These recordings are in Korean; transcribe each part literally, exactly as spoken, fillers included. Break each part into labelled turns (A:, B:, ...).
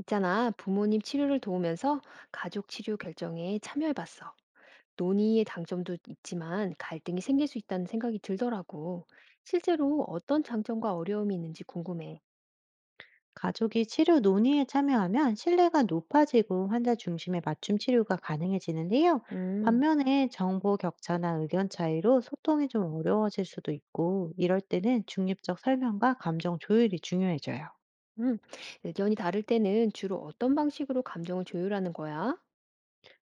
A: 있잖아, 부모님 치료를 도우면서 가족 치료 결정에 참여해봤어. 논의의 장점도 있지만 갈등이 생길 수 있다는 생각이 들더라고. 실제로 어떤 장점과 어려움이 있는지 궁금해.
B: 가족이 치료 논의에 참여하면 신뢰가 높아지고 환자 중심의 맞춤 치료가 가능해지는데요.
A: 음,
B: 반면에 정보 격차나 의견 차이로 소통이 좀 어려워질 수도 있고, 이럴 때는 중립적 설명과 감정 조율이 중요해져요.
A: 음. 의견이 다를 때는 주로 어떤 방식으로 감정을 조율하는 거야?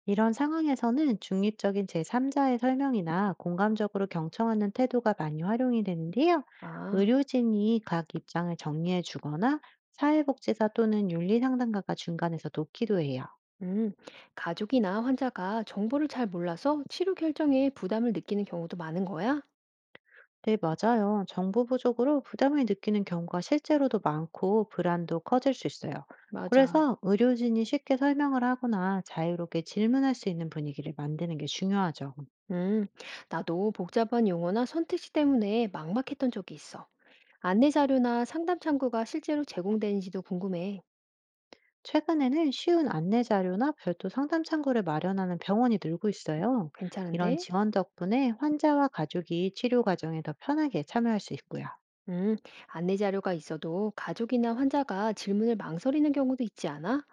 B: 이런 상황에서는 중립적인 제삼자의 설명이나 공감적으로 경청하는 태도가 많이 활용이 되는데요.
A: 아,
B: 의료진이 각 입장을 정리해 주거나 사회복지사 또는 윤리상담가가 중간에서 돕기도 해요.
A: 음. 가족이나 환자가 정보를 잘 몰라서 치료 결정에 부담을 느끼는 경우도 많은 거야?
B: 네, 맞아요. 정보 부족으로 부담을 느끼는 경우가 실제로도 많고 불안도 커질 수 있어요.
A: 맞아.
B: 그래서 의료진이 쉽게 설명을 하거나 자유롭게 질문할 수 있는 분위기를 만드는 게 중요하죠.
A: 음, 나도 복잡한 용어나 선택지 때문에 막막했던 적이 있어. 안내 자료나 상담 창구가 실제로 제공되는지도 궁금해.
B: 최근에는 쉬운 안내 자료나 별도 상담 창구를 마련하는 병원이 늘고 있어요. 이런
A: 괜찮은데?
B: 지원 덕분에 환자와 가족이 치료 과정에 더 편하게 참여할 수 있고요.
A: 음, 안내 자료가 있어도 가족이나 환자가 질문을 망설이는 경우도 있지 않아?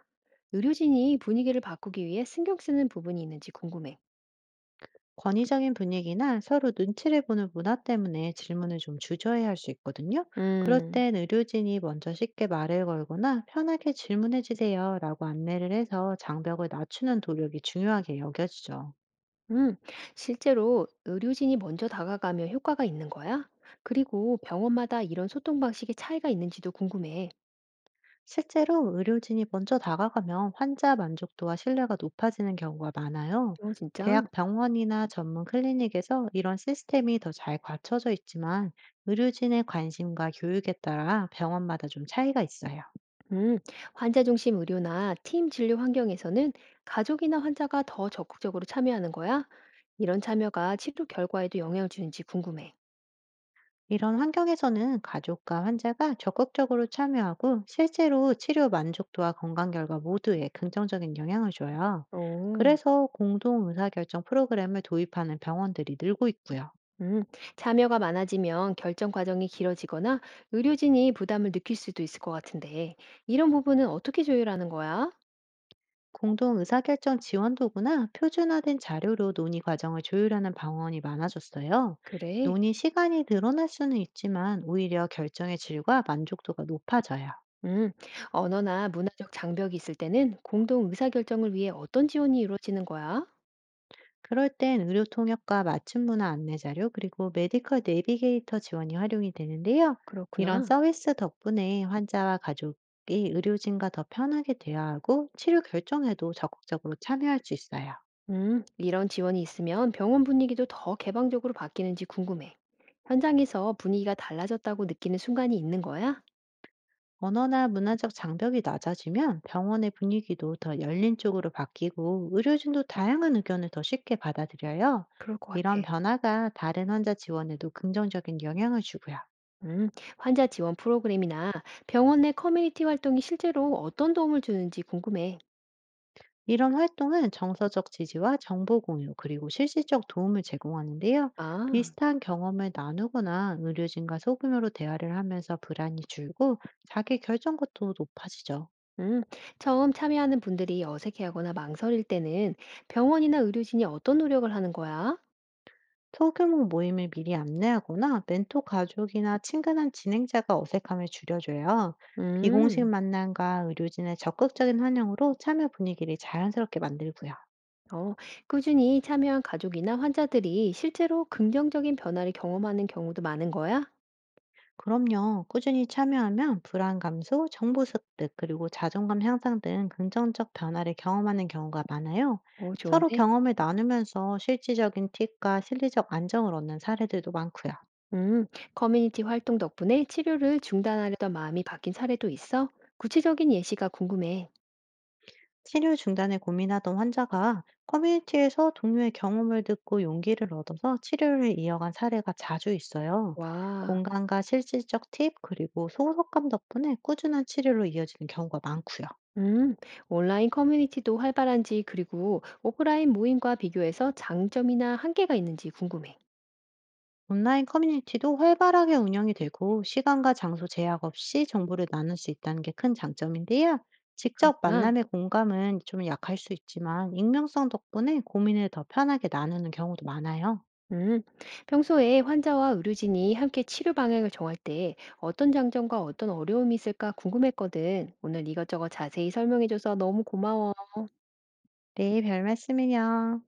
A: 의료진이 분위기를 바꾸기 위해 신경 쓰는 부분이 있는지 궁금해.
B: 권위적인 분위기나 서로 눈치를 보는 문화 때문에 질문을 좀 주저해할 수 있거든요. 그럴
A: 음,
B: 땐 의료진이 먼저 쉽게 말을 걸거나 편하게 질문해 주세요 라고 안내를 해서 장벽을 낮추는 노력이 중요하게 여겨지죠.
A: 음, 실제로 의료진이 먼저 다가가면 효과가 있는 거야? 그리고 병원마다 이런 소통 방식의 차이가 있는지도 궁금해.
B: 실제로 의료진이 먼저 다가가면 환자 만족도와 신뢰가 높아지는 경우가 많아요.
A: 어, 진짜?
B: 대학 병원이나 전문 클리닉에서 이런 시스템이 더 잘 갖춰져 있지만 의료진의 관심과 교육에 따라 병원마다 좀 차이가 있어요.
A: 음, 환자 중심 의료나 팀 진료 환경에서는 가족이나 환자가 더 적극적으로 참여하는 거야? 이런 참여가 치료 결과에도 영향을 주는지 궁금해.
B: 이런 환경에서는 가족과 환자가 적극적으로 참여하고 실제로 치료 만족도와 건강 결과 모두에 긍정적인 영향을 줘요.
A: 오,
B: 그래서 공동 의사결정 프로그램을 도입하는 병원들이 늘고 있고요.
A: 음, 참여가 많아지면 결정 과정이 길어지거나 의료진이 부담을 느낄 수도 있을 것 같은데, 이런 부분은 어떻게 조율하는 거야?
B: 공동 의사결정 지원 도구나 표준화된 자료로 논의 과정을 조율하는 병원이 많아졌어요.
A: 그래.
B: 논의 시간이 늘어날 수는 있지만 오히려 결정의 질과 만족도가 높아져요.
A: 음, 언어나 문화적 장벽이 있을 때는 공동 의사결정을 위해 어떤 지원이 이루어지는 거야?
B: 그럴 땐 의료 통역과 맞춤 문화 안내 자료, 그리고 메디컬 내비게이터 지원이 활용이 되는데요. 이런
A: 그렇구나.
B: 서비스 덕분에 환자와 가족이 의료진과 더 편하게 대화하고 치료 결정에도 적극적으로 참여할 수 있어요.
A: 음, 이런 지원이 있으면 병원 분위기도 더 개방적으로 바뀌는지 궁금해. 현장에서 분위기가 달라졌다고 느끼는 순간이 있는 거야?
B: 언어나 문화적 장벽이 낮아지면 병원의 분위기도 더 열린 쪽으로 바뀌고 의료진도 다양한 의견을 더 쉽게 받아들여요.
A: 그럴 것 같아.
B: 이런 변화가 다른 환자 지원에도 긍정적인 영향을 주고요.
A: 음, 환자 지원 프로그램이나 병원 내 커뮤니티 활동이 실제로 어떤 도움을 주는지 궁금해.
B: 이런 활동은 정서적 지지와 정보 공유, 그리고 실질적 도움을 제공하는데요.
A: 아,
B: 비슷한 경험을 나누거나 의료진과 소규모로 대화를 하면서 불안이 줄고 자기 결정것도 높아지죠.
A: 음, 처음 참여하는 분들이 어색해하거나 망설일 때는 병원이나 의료진이 어떤 노력을 하는 거야?
B: 소규모 모임을 미리 안내하거나 멘토 가족이나 친근한 진행자가 어색함을 줄여줘요. 비공식
A: 음,
B: 만남과 의료진의 적극적인 환영으로 참여 분위기를 자연스럽게 만들고요.
A: 어, 꾸준히 참여한 가족이나 환자들이 실제로 긍정적인 변화를 경험하는 경우도 많은 거야?
B: 그럼요. 꾸준히 참여하면 불안 감소, 정보 습득, 그리고 자존감 향상 등 긍정적 변화를 경험하는 경우가 많아요.
A: 어,
B: 서로
A: 좋은데?
B: 경험을 나누면서 실질적인 팁과 심리적 안정을 얻는 사례들도 많고요.
A: 음. 커뮤니티 활동 덕분에 치료를 중단하려던 마음이 바뀐 사례도 있어? 구체적인 예시가 궁금해.
B: 치료 중단을 고민하던 환자가 커뮤니티에서 동료의 경험을 듣고 용기를 얻어서 치료를 이어간 사례가 자주 있어요.
A: 와.
B: 공간과 실질적 팁, 그리고 소속감 덕분에 꾸준한 치료로 이어지는 경우가 많고요.
A: 음. 온라인 커뮤니티도 활발한지 그리고 오프라인 모임과 비교해서 장점이나 한계가 있는지 궁금해.
B: 온라인 커뮤니티도 활발하게 운영이 되고 시간과 장소 제약 없이 정보를 나눌 수 있다는 게 큰 장점인데요. 직접
A: 그렇구나.
B: 만남의 공감은 좀 약할 수 있지만 익명성 덕분에 고민을 더 편하게 나누는 경우도 많아요.
A: 음. 평소에 환자와 의료진이 함께 치료 방향을 정할 때 어떤 장점과 어떤 어려움이 있을까 궁금했거든. 오늘 이것저것 자세히 설명해줘서 너무 고마워.
B: 네, 별 말씀이요.